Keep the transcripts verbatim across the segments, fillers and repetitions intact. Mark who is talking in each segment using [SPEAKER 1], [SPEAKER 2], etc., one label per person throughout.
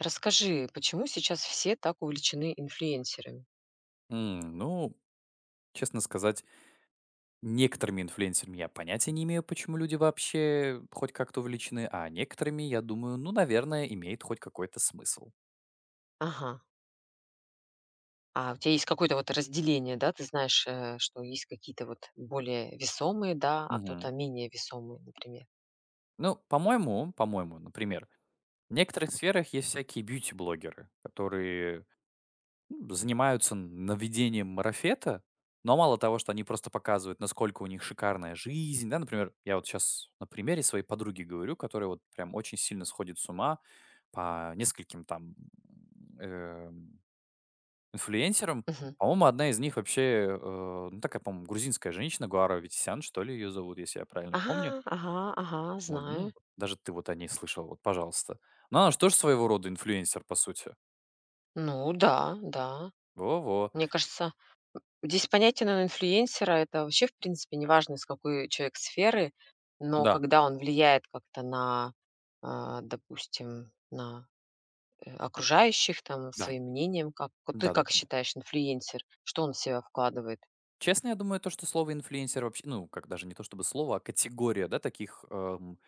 [SPEAKER 1] Расскажи, почему сейчас все так увлечены инфлюенсерами?
[SPEAKER 2] М, ну, честно сказать, некоторыми инфлюенсерами я понятия не имею, почему люди вообще хоть как-то увлечены, а некоторыми, я думаю, ну, наверное, имеет хоть какой-то смысл.
[SPEAKER 1] Ага. А у тебя есть какое-то вот разделение, да? Ты знаешь, э, что есть какие-то вот более весомые, да, а кто-то
[SPEAKER 2] Мгм.
[SPEAKER 1] менее весомые, например.
[SPEAKER 2] Ну, по-моему, по-моему, например, в некоторых сферах есть всякие бьюти-блогеры, которые м, занимаются наведением марафета, но мало того, что они просто показывают, насколько у них шикарная жизнь, да, например, я вот сейчас на примере своей подруги говорю, которая вот прям очень сильно сходит с ума по нескольким там эм, инфлюенсерам.
[SPEAKER 1] Мгм.
[SPEAKER 2] По-моему, одна из них вообще, э, ну такая, по-моему, грузинская женщина, Гуара Ветисян, что ли, ее зовут, если я правильно
[SPEAKER 1] Ага,
[SPEAKER 2] помню.
[SPEAKER 1] ага, ага,
[SPEAKER 2] Вот,
[SPEAKER 1] знаю.
[SPEAKER 2] ну, даже ты вот о ней слышал, вот, пожалуйста. Но она же тоже своего рода инфлюенсер, по сути.
[SPEAKER 1] Ну да, да.
[SPEAKER 2] Во-во.
[SPEAKER 1] Мне кажется, здесь понятие, наверно, инфлюенсера — это вообще, в принципе, неважно, из какой человек сферы, но
[SPEAKER 2] Да,
[SPEAKER 1] когда он влияет как-то на, а, допустим, на э, окружающих, там,
[SPEAKER 2] да,
[SPEAKER 1] своим мнением. Как вот ты как
[SPEAKER 2] да-да-да.
[SPEAKER 1] считаешь, инфлюенсер, что он в себя вкладывает?
[SPEAKER 2] Честно, я думаю, то, что слово инфлюенсер вообще, ну, как даже не то чтобы слово, а категория, да, таких эм,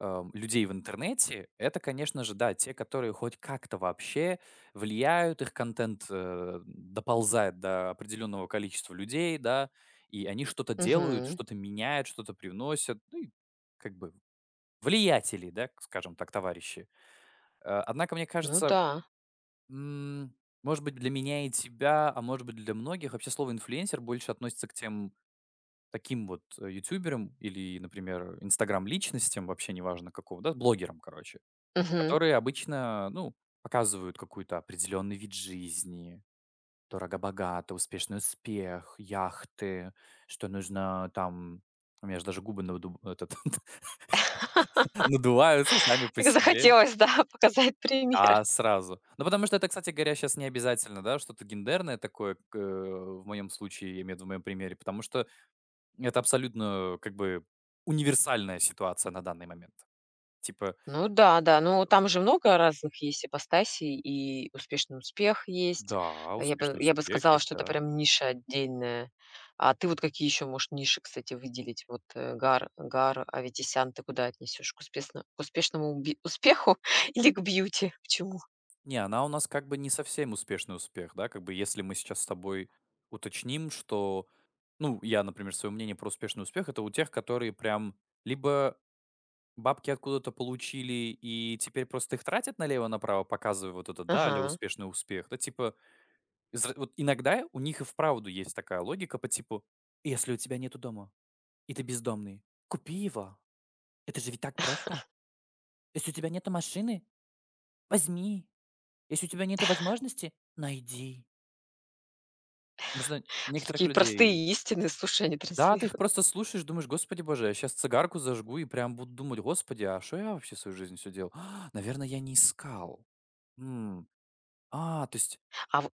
[SPEAKER 2] эм, людей в интернете, это, конечно же, да, те, которые хоть как-то вообще влияют, их контент э, доползает до определенного количества людей, да, и они что-то делают,
[SPEAKER 1] Мгм.
[SPEAKER 2] что-то меняют, что-то привносят, ну, и как бы влиятели, да, скажем так, товарищи. Э, однако, мне
[SPEAKER 1] Ну
[SPEAKER 2] кажется,
[SPEAKER 1] да.
[SPEAKER 2] м, может быть, для меня и тебя, а может быть, для многих вообще слово инфлюенсер больше относится к тем таким вот, э, ютуберам или, например, инстаграм-личностям, вообще неважно какого, да, блогерам, короче,
[SPEAKER 1] Мгм.
[SPEAKER 2] которые обычно, ну, показывают какой-то определенный вид жизни: дорого-богато, успешный успех, яхты, что нужно там. У меня же даже губы надуб этот надуваются сами по себе.
[SPEAKER 1] захотелось, да, показать пример.
[SPEAKER 2] А сразу. Ну, потому что это, кстати говоря, сейчас не обязательно, да, что-то гендерное такое, к э, в моем случае, я имею в виду в моем примере, потому что это абсолютно, как бы, универсальная ситуация на данный момент. Типа,
[SPEAKER 1] Ну да, да. Ну, там же много разных есть ипостасей, и успешный успех есть.
[SPEAKER 2] да,
[SPEAKER 1] А я бы
[SPEAKER 2] успешный
[SPEAKER 1] я бы
[SPEAKER 2] успех
[SPEAKER 1] сказала,
[SPEAKER 2] есть,
[SPEAKER 1] что это
[SPEAKER 2] да.
[SPEAKER 1] прям ниша отдельная. А ты вот какие еще можешь ниши, кстати, выделить? Вот, э, Гар Гар Аветисян ты куда отнесешь? К успешно к успешному бе успеху или к бьюти? К чему?
[SPEAKER 2] Не, она у нас как бы не совсем успешный успех, да, как бы если мы сейчас с тобой уточним, что, ну, я, например, свое мнение про успешный успех — это у тех, которые прям либо бабки откуда-то получили и теперь просто их тратят налево-направо, показывая вот это, да, или
[SPEAKER 1] Ага.
[SPEAKER 2] успешный успех". Да, типа, из вот иногда у них и вправду есть такая логика по типу: "Если у тебя нету дома". И ты бездомный. Купи его. Это же ведь так просто. Если у тебя нету машины, возьми. Если у тебя нету возможности, найди. Потому что некоторых
[SPEAKER 1] Такие простые
[SPEAKER 2] людей,
[SPEAKER 1] истины, слушай, они
[SPEAKER 2] да, ты их
[SPEAKER 1] транслируют.
[SPEAKER 2] просто слушаешь, думаешь: "Господи боже, я сейчас цигарку зажгу и прям буду думать: "Господи, а что я вообще свою жизнь все делал? Наверное, я не искал. М, а, То есть".
[SPEAKER 1] А в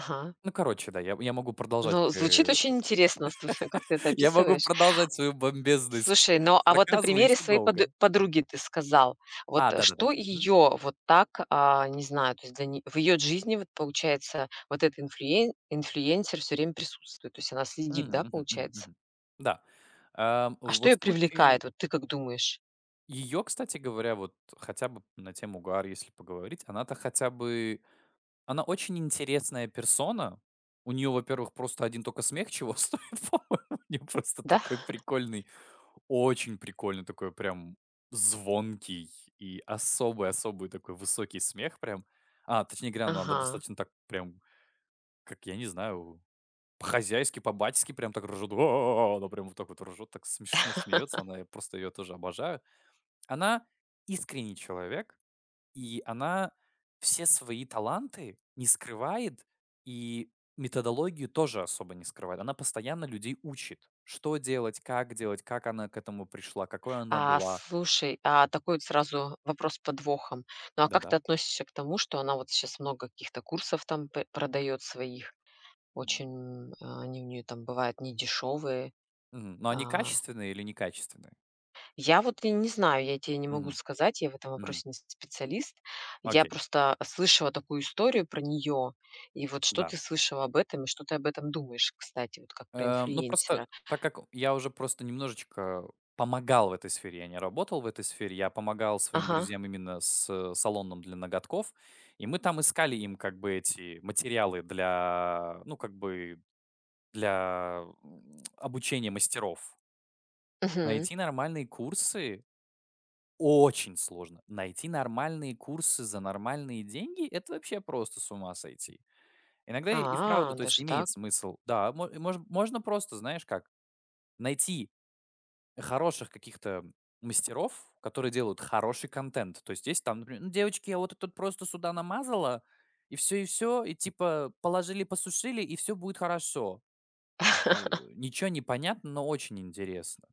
[SPEAKER 1] ага.
[SPEAKER 2] Ну, короче, да, я я могу продолжать,
[SPEAKER 1] Ну,
[SPEAKER 2] э,
[SPEAKER 1] звучит очень интересно, слушай, как ты это
[SPEAKER 2] я могу
[SPEAKER 1] описываешь.
[SPEAKER 2] продолжать свою бомбезность
[SPEAKER 1] Слушай, ну, а вот на
[SPEAKER 2] сарказма
[SPEAKER 1] примере
[SPEAKER 2] еще
[SPEAKER 1] своей поды
[SPEAKER 2] долго.
[SPEAKER 1] подруги ты сказал. Вот
[SPEAKER 2] А,
[SPEAKER 1] э,
[SPEAKER 2] да-да-да.
[SPEAKER 1] что
[SPEAKER 2] Мгм.
[SPEAKER 1] ее вот так, а, не знаю, то есть для не в ее жизни вот получается вот этот инфлюен инфлюенсер все время присутствует, то есть она следит,
[SPEAKER 2] Мгм,
[SPEAKER 1] да,
[SPEAKER 2] мгм, мгм,
[SPEAKER 1] получается?
[SPEAKER 2] мгм. Да. Ам,
[SPEAKER 1] А что
[SPEAKER 2] вот
[SPEAKER 1] ее
[SPEAKER 2] в случае
[SPEAKER 1] привлекает, вот ты как думаешь?
[SPEAKER 2] ее, кстати говоря, вот хотя бы на тему Гуар, если поговорить, она-то хотя бы она очень интересная персона. У нее, во-первых, просто один только смех чего стоит, по-моему. У нее просто
[SPEAKER 1] Да?
[SPEAKER 2] такой прикольный, очень прикольный, такой прям звонкий и особый-особый такой высокий смех прям. А, точнее говоря, ну, она
[SPEAKER 1] Ага.
[SPEAKER 2] достаточно так прям, как я не знаю, по-хозяйски, по-батьски прям так ржут. "А-а-а". Она прям вот так вот ржет, так смешно смеется. Она, я просто ее тоже обожаю. Она искренний человек, и она все свои таланты не скрывает, и методологию тоже особо не скрывает. Она постоянно людей учит, что делать, как делать, как она к этому пришла, какой она
[SPEAKER 1] А,
[SPEAKER 2] была.
[SPEAKER 1] слушай, а такой вот сразу вопрос с подвохом. Ну, а как ты
[SPEAKER 2] Да-да.
[SPEAKER 1] относишься к тому, что она вот сейчас много каких-то курсов там п продает своих?
[SPEAKER 2] Мгм.
[SPEAKER 1] Очень, а, они у нее там бывают недешевые.
[SPEAKER 2] Но они
[SPEAKER 1] А,
[SPEAKER 2] качественные или некачественные?
[SPEAKER 1] я вот и не знаю, я тебе не могу
[SPEAKER 2] Мгм,
[SPEAKER 1] сказать, я в этом вопросе
[SPEAKER 2] мгм.
[SPEAKER 1] не специалист. Я
[SPEAKER 2] Окей,
[SPEAKER 1] просто слышала такую историю про нее. И вот что
[SPEAKER 2] да.
[SPEAKER 1] ты слышала об этом, и что ты об этом думаешь, кстати, вот как про
[SPEAKER 2] Э, ну, просто
[SPEAKER 1] инфлюенсера?
[SPEAKER 2] так как я уже просто немножечко помогал в этой сфере, я не работал в этой сфере, я помогал своим
[SPEAKER 1] Ага.
[SPEAKER 2] друзьям именно с э, салоном для ноготков, и мы там искали им как бы эти материалы для, ну, как бы для м, обучения мастеров.
[SPEAKER 1] Мгм.
[SPEAKER 2] Найти нормальные курсы очень сложно. Найти нормальные курсы за нормальные деньги — это вообще просто с ума сойти. Иногда и и вправду,
[SPEAKER 1] А,
[SPEAKER 2] то есть
[SPEAKER 1] даже
[SPEAKER 2] имеет
[SPEAKER 1] так?
[SPEAKER 2] смысл. Да, мо- мож- можно просто, знаешь как, найти хороших каких-то мастеров, которые делают хороший контент. То есть есть там, например: "Ну, девочки, я вот это вот просто сюда намазала, и все и все и типа положили, посушили, и все будет хорошо". Э, Ничего не понятно, но очень интересно.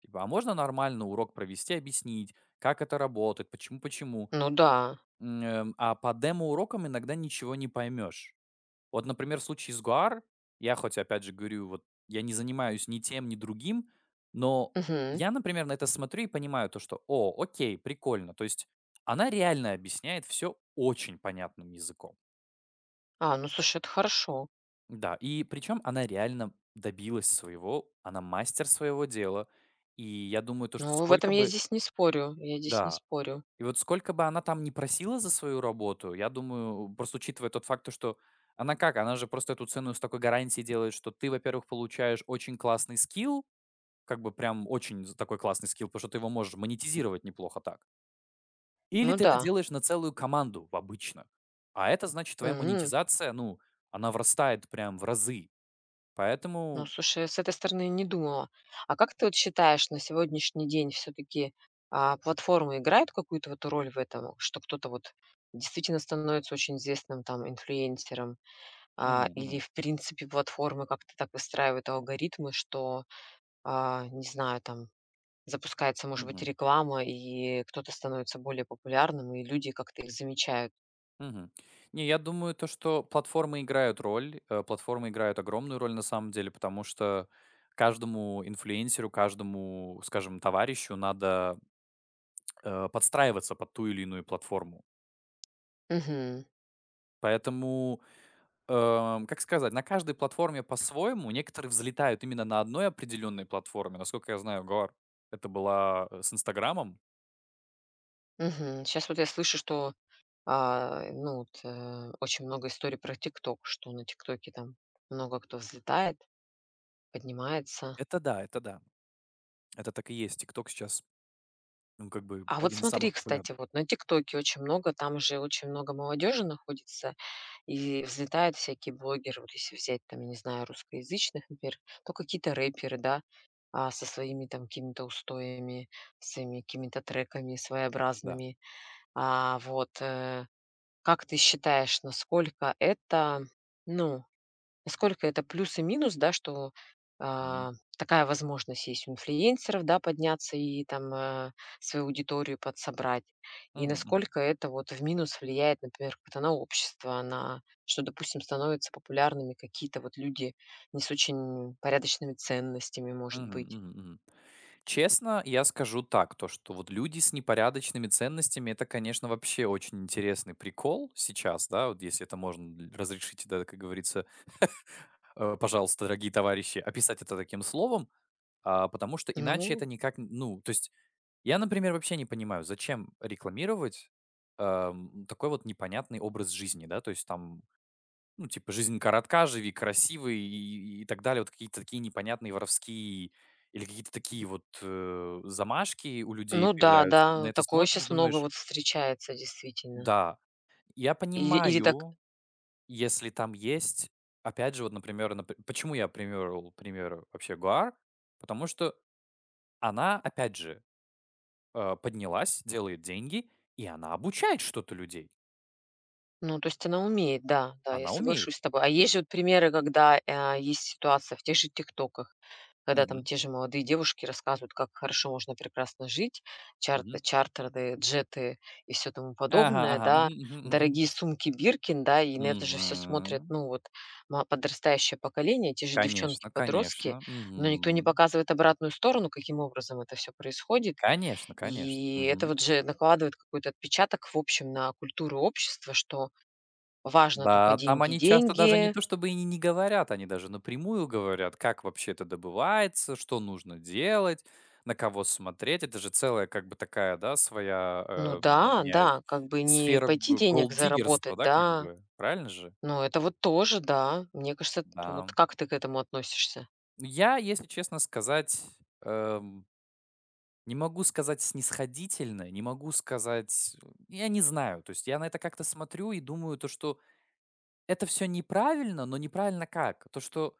[SPEAKER 2] Типа, а можно нормально урок провести, объяснить, как это работает, почему почему.
[SPEAKER 1] Ну да.
[SPEAKER 2] М, эм, а по демо-урокам иногда ничего не поймешь. Вот, например, в случае с Гуар, я хоть, опять же, говорю, вот я не занимаюсь ни тем, ни другим, но
[SPEAKER 1] Мгм.
[SPEAKER 2] я, например, на это смотрю и понимаю то, что: "О, окей, прикольно". То есть она реально объясняет все очень понятным языком.
[SPEAKER 1] А, ну слушай, это хорошо.
[SPEAKER 2] Да, и причем она реально добилась своего, она мастер своего дела. И я думаю, то, что
[SPEAKER 1] Ну, в этом
[SPEAKER 2] сколько
[SPEAKER 1] я
[SPEAKER 2] бы,
[SPEAKER 1] здесь не спорю, я здесь не
[SPEAKER 2] да.
[SPEAKER 1] спорю.
[SPEAKER 2] И вот сколько бы она там не просила за свою работу, я думаю, просто учитывая тот факт, то что она как, она же просто эту цену с такой гарантией делает, что ты, во-первых, получаешь очень классный скилл, как бы прям очень з- такой классный скилл, потому что ты его можешь монетизировать неплохо так. Или
[SPEAKER 1] Ну
[SPEAKER 2] ты
[SPEAKER 1] да.
[SPEAKER 2] это делаешь на целую команду в- обычно. А это значит, твоя
[SPEAKER 1] Мгм.
[SPEAKER 2] монетизация, ну, она врастает прям в разы.
[SPEAKER 1] Ну,
[SPEAKER 2] Поэтому...
[SPEAKER 1] слушай, я с этой стороны не думала. А как ты вот считаешь, на сегодняшний день все-таки платформы играют какую-то вот роль в этом, что кто-то вот действительно становится очень известным там инфлюенсером, а,
[SPEAKER 2] Мгм,
[SPEAKER 1] или
[SPEAKER 2] мгм,
[SPEAKER 1] в принципе платформы как-то так выстраивают алгоритмы, что, а, не знаю, там запускается, может быть,
[SPEAKER 2] мгм.
[SPEAKER 1] реклама, и кто-то становится более популярным, и люди как-то их замечают.
[SPEAKER 2] Мгм. Не, я думаю, то, что платформы играют роль, э, платформы играют огромную роль на самом деле, потому что каждому инфлюенсеру, каждому, скажем, товарищу надо э, подстраиваться под ту или иную платформу.
[SPEAKER 1] Мгм.
[SPEAKER 2] Поэтому, эм, как сказать, на каждой платформе по-своему некоторые взлетают именно на одной определенной платформе. Насколько я знаю, Гор, это была э, с Инстаграмом.
[SPEAKER 1] Мгм. Щас вот я слышу, что, а, ну вот, э, очень много историй про «Тикток», что на «Тиктоке» там много кто взлетает, поднимается.
[SPEAKER 2] Это да, это да. Это так и есть. ТикТок сейчас, ну, как бы,
[SPEAKER 1] А вот
[SPEAKER 2] один из
[SPEAKER 1] смотри,
[SPEAKER 2] самых популярных.
[SPEAKER 1] кстати, вот на «Тиктоке» очень много, там же очень много молодежи находится, и взлетают всякие блогеры. Вот если взять там, я не знаю, русскоязычных, например, то какие-то рэперы, да, а, со своими там какими-то устоями, своими какими-то треками
[SPEAKER 2] Да.
[SPEAKER 1] своеобразными. А, вот, э Как ты считаешь, насколько это, ну, насколько это плюс и минус, да, что,
[SPEAKER 2] Мгм.
[SPEAKER 1] а, такая возможность есть у инфлюенсеров, да, подняться и там, э, свою аудиторию подсобрать? И
[SPEAKER 2] Мгм, мгм.
[SPEAKER 1] насколько это вот в минус влияет, например, как-то на общество, на что, допустим, становятся популярными какие-то вот люди не с очень порядочными ценностями, может
[SPEAKER 2] Мгм,
[SPEAKER 1] быть?
[SPEAKER 2] мгм, мгм. Честно, я скажу так, то что вот люди с непорядочными ценностями — это, конечно, вообще очень интересный прикол сейчас, да, вот если это можно л- разрешить, да, как говорится, э, пожалуйста, дорогие товарищи, описать это таким словом, а, потому что иначе
[SPEAKER 1] Ну
[SPEAKER 2] это никак, н- ну, то есть я, например, вообще не понимаю, зачем рекламировать эм, такой вот непонятный образ жизни, да, то есть там ну, типа, жизнь коротка, живи красиво и и и так далее. Вот какие-то такие непонятные воровские или какие-то такие вот, э, замашки у людей
[SPEAKER 1] ну да,
[SPEAKER 2] появляются. На
[SPEAKER 1] да,
[SPEAKER 2] это
[SPEAKER 1] такое
[SPEAKER 2] смотришь,
[SPEAKER 1] сейчас много
[SPEAKER 2] думаешь:
[SPEAKER 1] вот встречается действительно.
[SPEAKER 2] "Да". Я
[SPEAKER 1] Или или так.
[SPEAKER 2] понимаю, если там есть, опять же, вот, например, нап почему я примерил пример вообще Гуар. Потому что она, опять же, э, поднялась, делает деньги, и она обучает что-то людей.
[SPEAKER 1] Ну, то есть она умеет, да, да, я
[SPEAKER 2] Она умеет.
[SPEAKER 1] соглашусь с тобой. А есть же вот примеры, когда, а, есть ситуация в тех же «Тиктоках», когда там
[SPEAKER 2] Мгм,
[SPEAKER 1] те же молодые девушки рассказывают, как хорошо можно прекрасно жить, чарт
[SPEAKER 2] мгм.
[SPEAKER 1] чартеры, джеты и все тому
[SPEAKER 2] Ага,
[SPEAKER 1] подобное,
[SPEAKER 2] ага.
[SPEAKER 1] да,
[SPEAKER 2] Мгм, мгм, мгм.
[SPEAKER 1] дорогие сумки Биркин, да, и на это же все смотрят,
[SPEAKER 2] Мгм.
[SPEAKER 1] ну, вот ма подрастающее поколение, те же
[SPEAKER 2] Конечно,
[SPEAKER 1] девчонки-подростки,
[SPEAKER 2] конечно.
[SPEAKER 1] но никто не
[SPEAKER 2] Мгм.
[SPEAKER 1] показывает обратную сторону, каким образом это все происходит.
[SPEAKER 2] Конечно, конечно.
[SPEAKER 1] И это
[SPEAKER 2] Мгм.
[SPEAKER 1] вот же накладывает какой-то отпечаток в общем на культуру общества, что Важно только
[SPEAKER 2] Да, там
[SPEAKER 1] деньги,
[SPEAKER 2] они часто даже не
[SPEAKER 1] деньги.
[SPEAKER 2] то чтобы и не говорят, они даже напрямую говорят, как вообще это добывается, что нужно делать, на кого смотреть. Это же целая как бы такая, да, своя,
[SPEAKER 1] Ну
[SPEAKER 2] эм,
[SPEAKER 1] да,
[SPEAKER 2] извиняюсь,
[SPEAKER 1] да, как бы не
[SPEAKER 2] сфера
[SPEAKER 1] пойти
[SPEAKER 2] г
[SPEAKER 1] денег
[SPEAKER 2] голддиггерства,
[SPEAKER 1] заработать,
[SPEAKER 2] да, как
[SPEAKER 1] да.
[SPEAKER 2] бы. Правильно же?
[SPEAKER 1] Но это вот тоже, да. Мне кажется, т вот
[SPEAKER 2] Да.
[SPEAKER 1] как ты к этому относишься?
[SPEAKER 2] Я, если честно сказать, эм не могу сказать снисходительно, не могу сказать, э, я не знаю. То есть я на это как-то смотрю и думаю, то, что это все неправильно, но неправильно как? То, что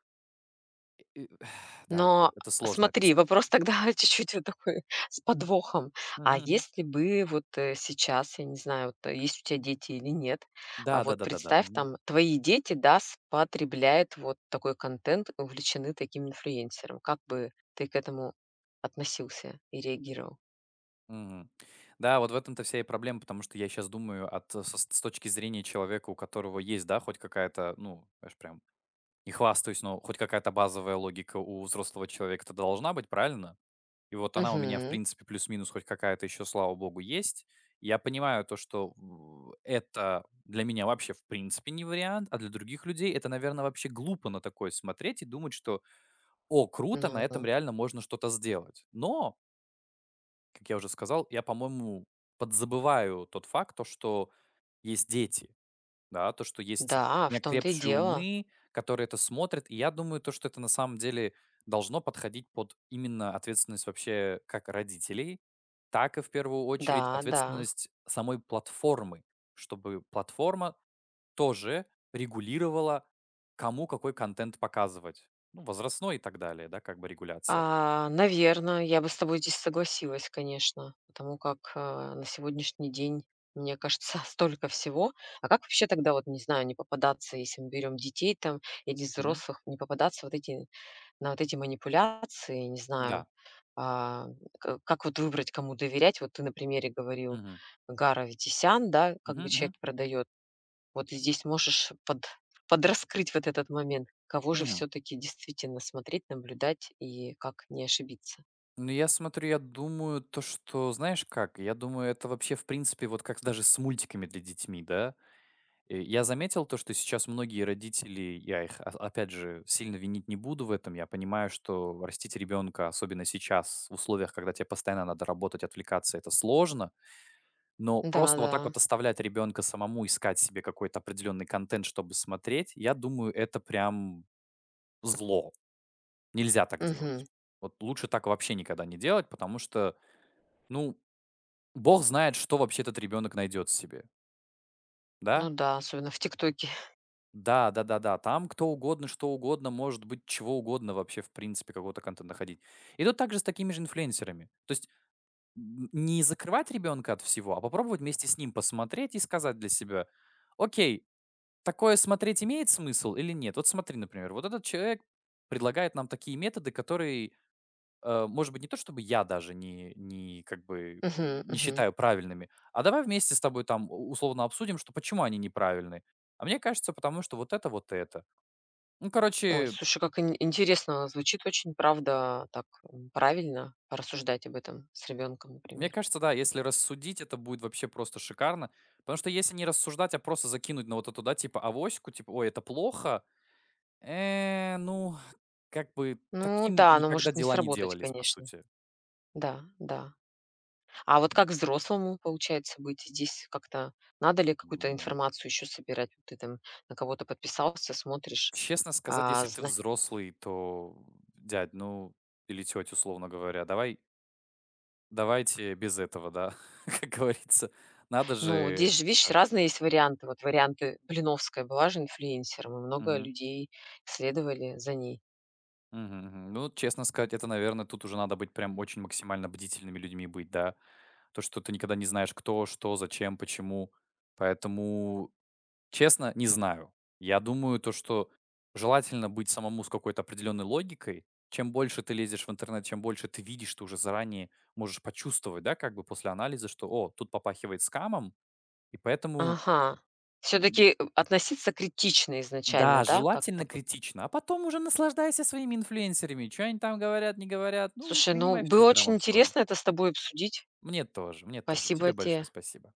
[SPEAKER 2] и да, это
[SPEAKER 1] Но
[SPEAKER 2] это сложно
[SPEAKER 1] смотри,
[SPEAKER 2] описать.
[SPEAKER 1] вопрос тогда чуть-чуть вот такой с подвохом.
[SPEAKER 2] Мгм,
[SPEAKER 1] А
[SPEAKER 2] мгм.
[SPEAKER 1] если бы вот, э, сейчас, я не знаю, вот э, есть у тебя дети или нет,
[SPEAKER 2] Да,
[SPEAKER 1] а
[SPEAKER 2] да,
[SPEAKER 1] вот
[SPEAKER 2] да, да, да.
[SPEAKER 1] представь,
[SPEAKER 2] Мгм.
[SPEAKER 1] там твои дети, да, спотребляют вот такой контент, увлечены таким инфлюенсером. Как бы ты к этому относился и реагировал?
[SPEAKER 2] Мгм. Да, вот в этом-то вся и проблема, потому что я сейчас думаю от э, со с точки зрения человека, у которого есть, да, хоть какая-то, ну, знаешь, прям не хвастаюсь, но хоть какая-то базовая логика у взрослого человека-то должна быть, правильно? И вот она у меня, в
[SPEAKER 1] Мгм.
[SPEAKER 2] принципе, плюс-минус хоть какая-то еще, слава богу, есть. Я понимаю то, что в это для меня вообще в принципе не вариант, а для других людей это, наверное, вообще глупо на такое смотреть и думать, что «О, круто, на
[SPEAKER 1] Ну
[SPEAKER 2] этом реально можно что-то сделать». Но, как я уже сказал, я, по-моему, подзабываю тот факт, то, что есть дети. Да, то, что есть
[SPEAKER 1] да, в том-то и
[SPEAKER 2] неокрепшие
[SPEAKER 1] дело.
[SPEAKER 2] умы, которые это смотрят. И я думаю, то, что это на самом деле должно подходить под именно ответственность вообще как родителей, так и в первую очередь
[SPEAKER 1] Да, да.
[SPEAKER 2] ответственность самой платформы, чтобы платформа тоже регулировала, кому какой контент показывать. Ну, возрастной и так далее, да, как бы регуляция.
[SPEAKER 1] А, наверное, я бы с тобой здесь согласилась, конечно, потому как, а, на сегодняшний день, мне кажется, столько всего. А как вообще тогда вот, не знаю, не попадаться, если мы берем детей там или
[SPEAKER 2] Мгм.
[SPEAKER 1] взрослых, не попадаться вот эти на вот эти манипуляции, не знаю.
[SPEAKER 2] Да.
[SPEAKER 1] А, к как вот выбрать, кому доверять? Вот ты на примере говорил
[SPEAKER 2] Мгм.
[SPEAKER 1] Гаров Ветисян, да, как
[SPEAKER 2] Мгм,
[SPEAKER 1] бы
[SPEAKER 2] мгм.
[SPEAKER 1] человек продает. Вот здесь можешь под подраскрыть вот этот момент. Кого же
[SPEAKER 2] Мгм.
[SPEAKER 1] все таки действительно смотреть, наблюдать и как не ошибиться?
[SPEAKER 2] Ну, я смотрю, я думаю, то, что, знаешь как, я думаю, это вообще, в принципе, вот как даже с мультиками для детьми, да. Э, я заметил то, что сейчас многие родители, я их, а, опять же, сильно винить не буду в этом. Я понимаю, что растить ребенка, особенно сейчас, в условиях, когда тебе постоянно надо работать, отвлекаться, это сложно. Но
[SPEAKER 1] Да,
[SPEAKER 2] просто вот так
[SPEAKER 1] да.
[SPEAKER 2] вот оставлять ребенка самому искать себе какой-то определенный контент, чтобы смотреть, я думаю, это прям зло. Нельзя так делать.
[SPEAKER 1] Мгм.
[SPEAKER 2] Вот лучше так вообще никогда не делать, потому что, ну, Бог знает, что вообще этот ребенок найдет себе,
[SPEAKER 1] Ну
[SPEAKER 2] да?
[SPEAKER 1] да, особенно в «ТикТоке».
[SPEAKER 2] Да, да, да, да. Там кто угодно, что угодно, может быть, чего угодно вообще, в принципе, какого то контента находить. И тут также с такими же инфлюенсерами. То есть н- не закрывать ребенка от всего, а попробовать вместе с ним посмотреть и сказать для себя, окей, такое смотреть имеет смысл или нет? Вот смотри, например, вот этот человек предлагает нам такие методы, которые... Э, может быть, не то чтобы я даже не не как бы
[SPEAKER 1] Мгм,
[SPEAKER 2] не
[SPEAKER 1] мгм.
[SPEAKER 2] считаю правильными, а давай вместе с тобой там у условно обсудим, что почему они неправильные. А мне кажется, потому что вот это, вот это. Ну,
[SPEAKER 1] Ой,
[SPEAKER 2] короче,
[SPEAKER 1] слушай, как ин интересно звучит, очень, правда, так, м, правильно порассуждать об этом с ребенком,
[SPEAKER 2] мне
[SPEAKER 1] например.
[SPEAKER 2] кажется, да, если рассудить, это будет вообще просто шикарно. Потому что если не рассуждать, а просто закинуть на вот эту, да, типа авоську, типа, ой, это плохо, э, ну, как бы
[SPEAKER 1] Ну
[SPEAKER 2] таким
[SPEAKER 1] да, оно
[SPEAKER 2] никогда
[SPEAKER 1] может не
[SPEAKER 2] дела не
[SPEAKER 1] сработать,
[SPEAKER 2] делались, по
[SPEAKER 1] конечно.
[SPEAKER 2] сути.
[SPEAKER 1] Да, да. А вот как взрослому, получается, быть здесь как-то? Надо ли какую-то
[SPEAKER 2] М.
[SPEAKER 1] информацию еще собирать? Вот ты там на кого-то подписался, смотришь.
[SPEAKER 2] Честно сказать,
[SPEAKER 1] А,
[SPEAKER 2] если ты
[SPEAKER 1] зна
[SPEAKER 2] взрослый, то, дядь, ну, или теть, условно говоря, давай, давайте без этого, да, как говорится. Надо
[SPEAKER 1] ну,
[SPEAKER 2] же
[SPEAKER 1] здесь же, видишь,
[SPEAKER 2] как.
[SPEAKER 1] разные есть варианты. Вот варианты, Блиновская была же инфлюенсером, и много
[SPEAKER 2] Мгм.
[SPEAKER 1] людей следовали за ней.
[SPEAKER 2] Мгм, мгм. Ну, честно сказать, это, наверное, тут уже надо быть прям очень максимально бдительными людьми быть, да. То, что ты никогда не знаешь, кто, что, зачем, почему. Поэтому... Честно, не знаю. Я думаю, то, что желательно быть самому с какой-то определенной логикой. Чем больше ты лезешь в интернет, чем больше ты видишь, ты уже заранее можешь почувствовать, да, как бы после анализа, что, о, тут попахивает скамом, и поэтому,
[SPEAKER 1] Ага. все
[SPEAKER 2] м,
[SPEAKER 1] таки относиться критично изначально,
[SPEAKER 2] да,
[SPEAKER 1] да, как-то
[SPEAKER 2] желательно
[SPEAKER 1] вот.
[SPEAKER 2] критично, а потом уже наслаждайся своими инфлюенсерами, что они там говорят, не говорят, ну,
[SPEAKER 1] Слушай, ну,
[SPEAKER 2] принимай все с
[SPEAKER 1] было очень
[SPEAKER 2] граммом соли.
[SPEAKER 1] интересно это с тобой обсудить.
[SPEAKER 2] Мне тоже, мне тоже. Тебе
[SPEAKER 1] Спасибо тебе.
[SPEAKER 2] большое спасибо.